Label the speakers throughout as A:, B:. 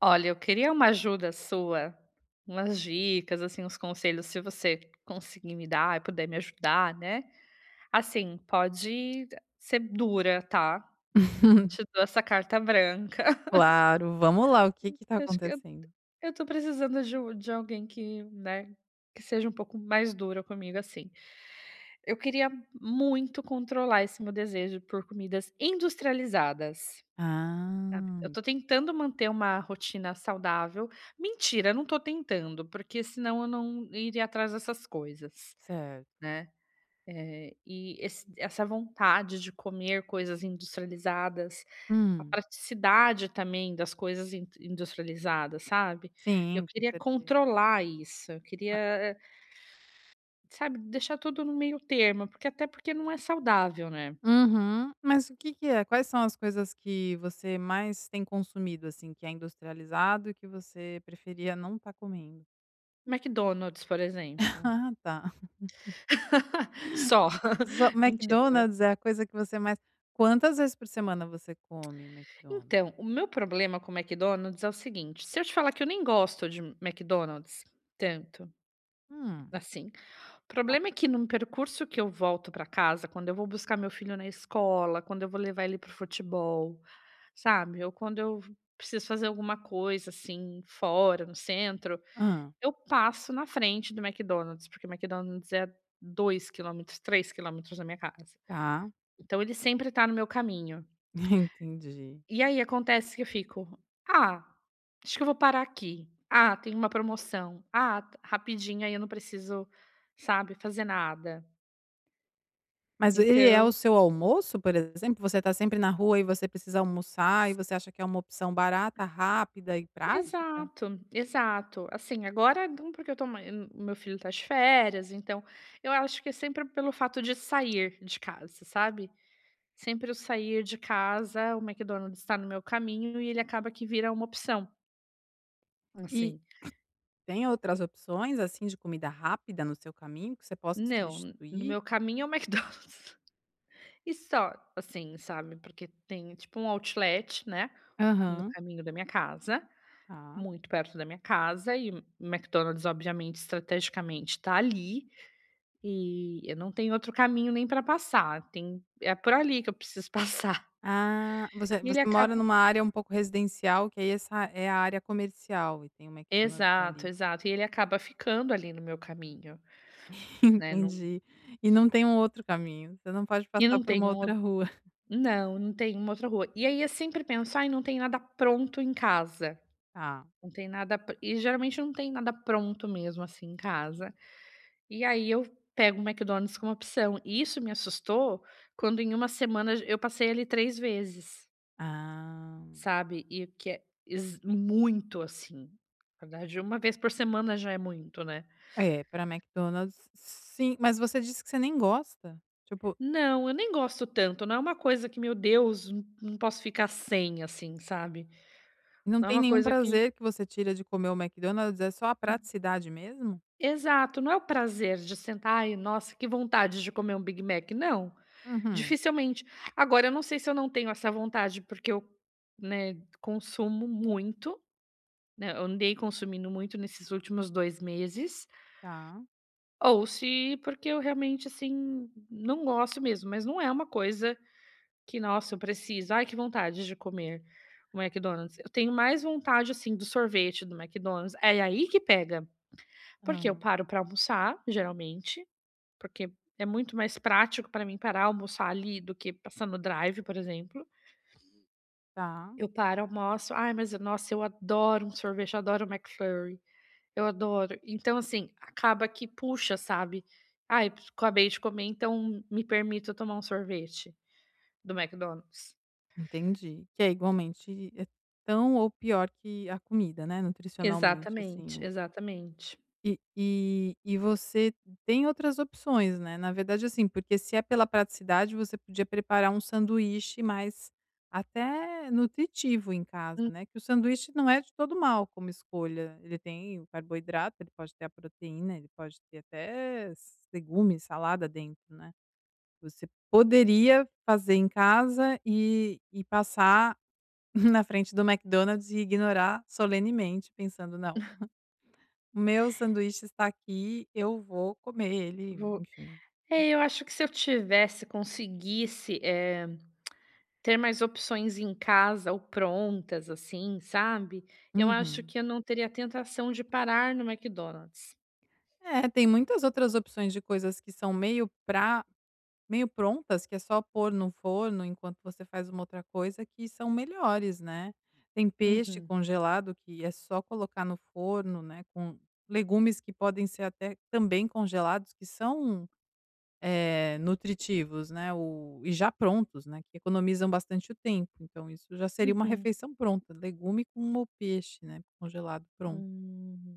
A: Olha, eu queria uma ajuda sua, umas dicas, assim, uns conselhos, se você conseguir me dar e puder me ajudar, né. Assim, pode ser dura, tá. Te dou essa carta branca,
B: Claro, vamos lá, o que que tá
A: que acho que eu
B: acontecendo?
A: eu tô precisando de alguém que, né, que seja um pouco mais dura comigo, assim. Eu queria muito controlar esse meu desejo por comidas industrializadas. Sabe, eu
B: Ah,
A: tô tentando manter uma rotina saudável. Mentira, não tô tentando, porque senão eu não iria atrás dessas coisas,
B: certo.
A: né. Eh, e esse essa vontade de comer coisas industrializadas, a
B: Hum,
A: praticidade também das coisas in industrializadas, sabe. Eu
B: sim, com
A: queria
B: certeza.
A: controlar isso, eu
B: Ma
A: queria, sabe, deixar tudo no meio termo, porque até porque não é saudável, né.
B: Uhum. Mas o que que é? Quais são as coisas que você mais tem consumido, assim, que é industrializado e que você preferia não estar comendo?
A: McDonald's, por exemplo.
B: Ah, tá.
A: Só.
B: Só
A: Mentira, né?
B: McDonald's é a coisa que você mais quantas vezes por semana você come McDonald's?
A: Então, o meu problema com o McDonald's é o seguinte, se eu te falar que eu nem gosto de McDonald's tanto,
B: Hum,
A: assim, o
B: tá.
A: problema é que no percurso que eu volto para casa, quando eu vou buscar meu filho na escola, quando eu vou levar ele pro futebol, sabe, ou quando eu preciso fazer alguma coisa, assim, fora, no centro,
B: Ah,
A: eu passo na frente do McDonald's, porque o McDonald's é 2 quilômetros, 3 quilômetros da minha casa.
B: tá,
A: Então ele sempre tá no meu caminho.
B: entendi.
A: E aí acontece que eu fico: "Ah, acho que eu vou parar aqui. Ah, tem uma promoção. Ah, t rapidinho, aí eu não preciso, sabe, fazer nada".
B: Mas ele é o
A: Então
B: seu almoço, por exemplo? Você está sempre na rua e você precisa almoçar e você acha que é uma opção barata, rápida e prática?
A: exato, exato. Assim, agora não porque eu tô mai o meu filho tá de férias, então eu acho que é sempre pelo fato de sair de casa, sabe. Sempre eu sair de casa, o McDonald's está no meu caminho e ele acaba que vira uma opção,
B: E
A: assim.
B: tem outras opções, assim, de comida rápida no seu caminho que você possa
A: Não, no
B: substituir?
A: meu caminho é o McDonald's. E só, assim, sabe, porque tem tipo um outlet, né, no
B: Aham,
A: caminho da minha casa,
B: tá.
A: muito perto da minha casa e o McDonald's obviamente estrategicamente tá ali, e eu não tenho outro caminho nem pra passar, tem é por ali que eu preciso passar.
B: Ah, você
A: E
B: você
A: ele
B: mora
A: acaba
B: numa área um pouco residencial, que aí essa é a área comercial e tem o McDonald's
A: exato,
B: ali.
A: exato, e ele acaba ficando ali no meu caminho, né. não
B: Entendi. E não tem um outro caminho, você não pode
A: e
B: passar
A: não
B: por uma
A: tem
B: outra
A: um
B: rua.
A: não, não tem uma outra rua. E aí eu sempre penso: "Ai, não tem nada pronto em casa".
B: Tá.
A: Não tem nada pr e geralmente não tem nada pronto mesmo, assim, em casa. E aí eu pego o McDonald's como opção. E isso me assustou quando em 1 semana eu passei ali 3 vezes,
B: Ah.
A: sabe. E o que é ex muito, assim. Na verdade, uma vez por semana já é muito, né.
B: É, pra McDonald's, sim. Mas você disse que você nem gosta? Tipo,
A: Não, eu nem gosto tanto, não é uma coisa que: "Meu Deus, n não posso ficar sem", assim, sabe.
B: não
A: Não é
B: tem
A: uma
B: nenhum
A: coisa que
B: prazer que você tira de comer o McDonald's, é só a praticidade mesmo?
A: Exato, não é o prazer de sentar: "Ai, nossa, que vontade de comer um Big Mac", não.
B: Uhum,
A: Dificilmente. Agora eu não sei se eu não tenho essa vontade, porque eu, né, consumo muito, né, eu andei consumindo muito nesses últimos 2 meses,
B: tá.
A: ou se porque eu realmente, assim, não gosto mesmo, mas não é uma coisa que: "Nossa, eu preciso. Ai, que vontade de comer o McDonald's". Eu tenho mais vontade, assim, do sorvete do McDonald's. É aí que pega,
B: Hã.
A: porque eu paro para almoçar, geralmente, porque é muito mais prático para mim parar, almoçar ali, do que passar no drive, por exemplo.
B: Tá,
A: Eu paro, almoço. Ai, mas nossa, eu adoro um sorvete, eu adoro um McFlurry, eu adoro. Então, assim, acaba que puxa, sabe. "Ai, acabei de comer, então me permito tomar um sorvete do McDonald's".
B: entendi. Que é igualmente é tão ou pior que a comida, né, nutricionalmente,
A: Exatamente,
B: assim.
A: exatamente.
B: E e você tem outras opções, né, na verdade, assim, porque se é pela praticidade, você podia preparar um sanduíche mais até nutritivo em casa,
A: Hum,
B: né, que o sanduíche não é de todo mal como escolha, ele tem o carboidrato, ele pode ter a proteína, ele pode ter até legumes, salada dentro, né. Você poderia fazer em casa e passar na frente do McDonald's e ignorar solenemente pensando: "Não, o meu sanduíche está aqui, eu vou comer ele,
A: vou
B: enfim."
A: É, eu acho que se eu tivesse conseguisse, ter mais opções em casa ou prontas, assim, sabe, eu acho
B: Uhum.
A: que eu não teria a tentação de parar no McDonald's.
B: É, tem muitas outras opções de coisas que são meio prontas, que é só pôr no forno enquanto você faz uma outra coisa, que são melhores, né. Tem peixe
A: Uhum,
B: congelado que é só colocar no forno, né, com legumes que podem ser até também congelados, que são eh, nutritivos, né, o e já prontos, né, que economizam bastante o tempo, então isso já seria uma
A: uhum.
B: refeição pronta, legume com o peixe, né, congelado pronto,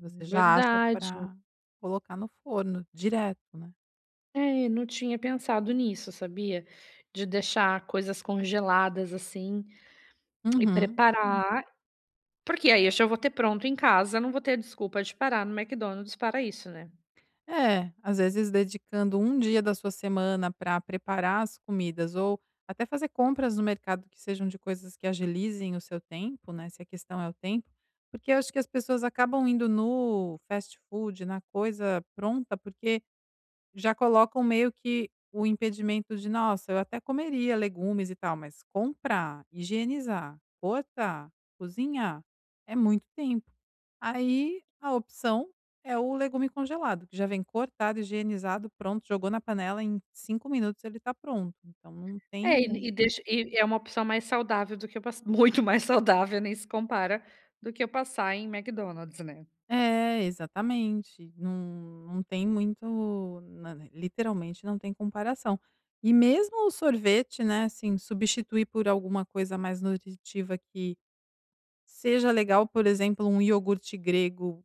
B: você já acha
A: Verdade.
B: para colocar no forno direto, né.
A: É, não tinha pensado nisso, sabia? De deixar coisas congeladas assim e
B: Uhum.
A: preparar, porque aí eu já vou ter pronto em casa, não vou ter desculpa de parar no McDonald's para isso, né?
B: É, às vezes dedicando um dia da sua semana para preparar as comidas ou até fazer compras no mercado que sejam de coisas que agilizem o seu tempo, né? Se a questão é o tempo, porque eu acho que as pessoas acabam indo no fast food, na coisa pronta, porque já colocam meio que o impedimento de: "Nossa, eu até comeria legumes e tal, mas comprar, higienizar, cortar, cozinhar, é muito tempo". Aí a opção é o legume congelado, que já vem cortado, higienizado, pronto, jogou na panela, em 5 minutos ele está pronto, então não tem.
A: É, e deixa, e é uma opção mais saudável do que eu passar, muito mais saudável, nem se compara, do que eu passar em McDonald's, né?
B: É, exatamente. Não, não tem muito, na- né, literalmente não tem comparação. E mesmo o sorvete, né, assim, substituir por alguma coisa mais nutritiva que seja legal, por exemplo, um iogurte grego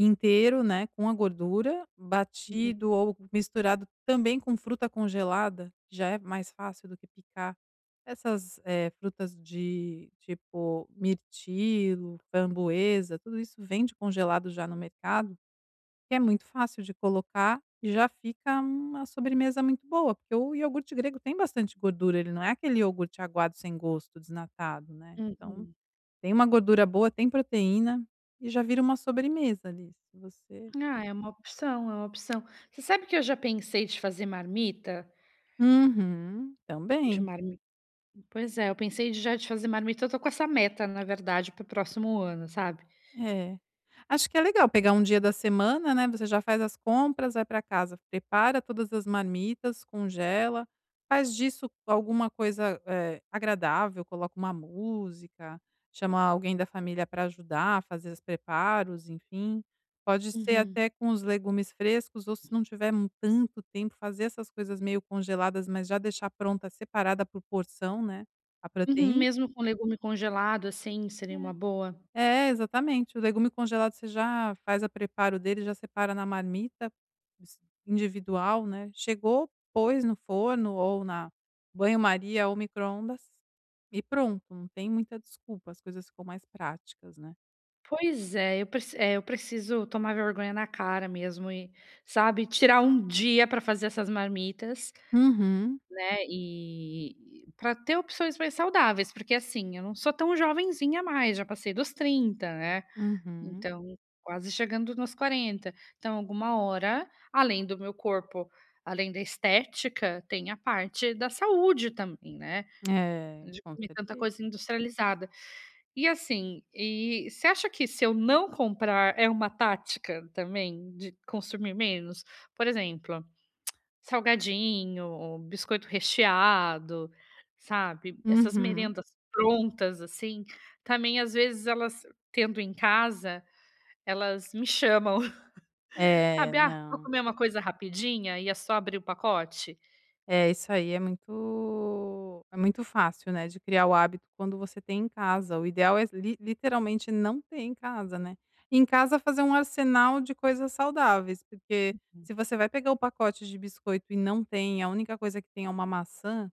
B: inteiro, né, com a gordura,
A: Uhum.
B: batido ou misturado também com fruta congelada, que já é mais fácil do que picar. Essas, eh, frutas de tipo mirtilo, framboesa, tudo isso vende congelado já no mercado, que é muito fácil de colocar e já fica uma sobremesa muito boa, porque o iogurte grego tem bastante gordura, ele não é aquele iogurte aguado sem gosto, desnatado, né, então
A: Uhum.
B: tem uma gordura boa, tem proteína, e já vira uma sobremesa ali, se você.
A: Ah, é uma opção, é uma opção. Você sabe que eu já pensei de fazer marmita?
B: Uhum.
A: De
B: Também.
A: marmita? Pois é, eu pensei de fazer marmita, eu tô com essa meta na verdade para o próximo ano, sabe.
B: É. Acho que é legal pegar um dia da semana, né, você já faz as compras, vai para casa, prepara todas as marmitas, congela, faz disso alguma coisa, eh, agradável, coloca uma música, chama alguém da família para ajudar a fazer os preparos, enfim. Pode ser
A: Uhum.
B: até com os legumes frescos ou se não tiver mu tanto tempo, fazer essas coisas meio congeladas, mas já deixar pronta, separada por porção, né, a
A: Uhum,
B: proteína.
A: mesmo com legume congelado, assim, seria uma boa.
B: É, exatamente. O legume congelado você já faz a preparo dele, já separa na marmita s individual, né. Chegou, pôs no forno ou na banho-maria ou micro-ondas e pronto, não tem muita desculpa, as coisas ficam mais práticas, né.
A: Pois é, eu preci é, eu preciso tomar vergonha na cara mesmo e, sabe, tirar um dia para fazer essas marmitas,
B: Uhum,
A: né, e para ter opções mais saudáveis, porque, assim, eu não sou tão jovenzinha mais, já passei dos 30, né.
B: uhum.
A: Então, quase chegando nos 40. Então, alguma hora, além do meu corpo, além da estética, tem a parte da saúde também, né,
B: É,
A: de
B: com
A: comer tanta
B: certeza.
A: coisa industrializada. E assim, e você acha que se eu não comprar é uma tática também de consumir menos? Por exemplo, salgadinho, biscoito recheado, sabe, essas
B: Uhum.
A: merendas prontas, assim, também às vezes elas tendo em casa elas me chamam,
B: É,
A: sabe: "Ah, vou
B: não.
A: comer uma coisa rapidinha", e é só abrir o pacote.
B: É, isso aí é muito fácil, né, de criar o hábito quando você tem em casa. O ideal é li literalmente não ter em casa, né. Em casa fazer um arsenal de coisas saudáveis, porque
A: Hum.
B: se você vai pegar o pacote de biscoito e não tem, a única coisa que tem é uma maçã,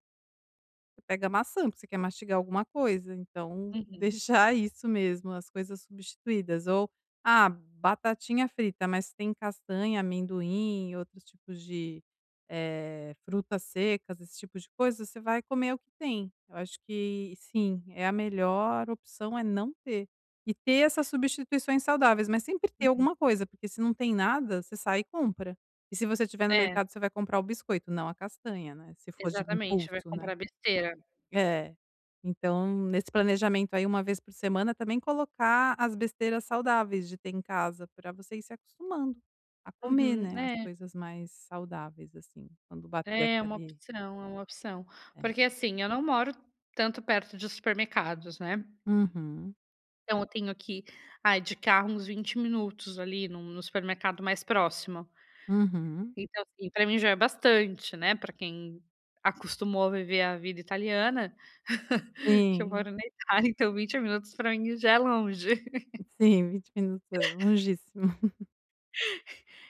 B: você pega maçã, porque você quer mastigar alguma coisa, então
A: Uhum,
B: deixar isso mesmo, as coisas substituídas ou, ah, batatinha frita, mas tem castanha, amendoim, outros tipos de, eh, frutas secas, esse tipo de coisa, você vai comer o que tem. Eu acho que sim, é a melhor opção é não ter. E ter essas substituições saudáveis, mas sempre ter
A: uhum.
B: alguma coisa, porque se não tem nada, você sai e compra. E se você estiver no
A: É,
B: mercado, você vai comprar o biscoito, não a castanha, né, se for de
A: exatamente, vai
B: impulso, né.
A: comprar besteira.
B: É. Então, nesse planejamento aí, uma vez por semana, também colocar as besteiras saudáveis de ter em casa, para você ir se acostumando a comer,
A: Uhum.
B: né, as
A: É,
B: coisas mais saudáveis, assim, quando bater
A: é uma
B: aquele
A: opção, é uma opção. Porque,
B: é.
A: assim, eu não moro tanto perto de supermercados, né,
B: Uhum,
A: então eu tenho que, ai, de carro uns 20 minutos ali num no supermercado mais próximo.
B: uhum.
A: Então, assim, pra mim já é bastante, né. Para quem acostumou a viver a vida italiana, que eu
B: Sim,
A: moro na Itália, então 20 minutos para mim já é longe.
B: sim, 20 minutos é longíssimo.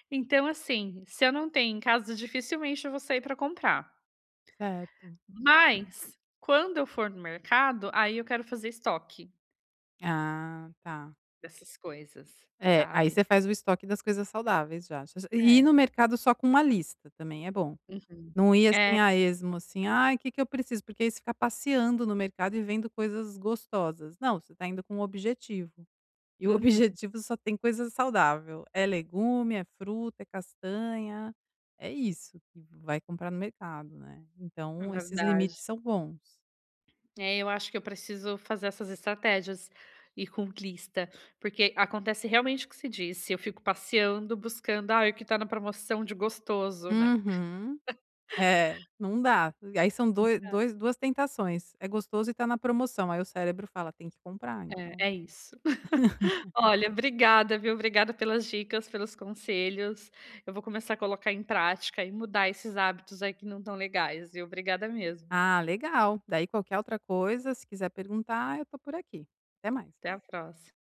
A: Então, assim, se eu não tenho em casa, dificilmente eu vou sair para comprar.
B: Certo.
A: Mas, quando eu for no mercado, aí eu quero fazer estoque
B: Ah, tá.
A: dessas coisas,
B: É, aí
A: sabe.
B: você faz o estoque das coisas saudáveis já. E ir
A: É.
B: no mercado só com uma lista também é bom.
A: Uhum.
B: Não ia assim a esmo, assim: "Ai, o que que eu preciso?", porque aí você fica passeando no mercado e vendo coisas gostosas. Não, você está indo com um objetivo, e o
A: Uhum.
B: objetivo só tem coisa saudável. É legume, é fruta, é castanha, é isso que vai comprar no mercado, né.
A: É
B: Então esses
A: verdade.
B: limites são bons.
A: É, eu acho que eu preciso fazer essas estratégias e com lista, porque acontece realmente o que se disse, eu fico passeando, buscando, ah, o que tá na promoção de gostoso, né.
B: Uhum. É, não dá. Aí são 2, dois duas tentações: é gostoso e tá na promoção, aí o cérebro fala: "Tem que comprar então".
A: É, é isso. Olha, obrigada, viu, obrigada pelas dicas, pelos conselhos. Eu vou começar a colocar em prática e mudar esses hábitos aí que não tão legais, viu. Obrigada mesmo.
B: Ah, legal. Daí qualquer outra coisa, se quiser perguntar, eu tô por aqui. Até mais.
A: Até a próxima.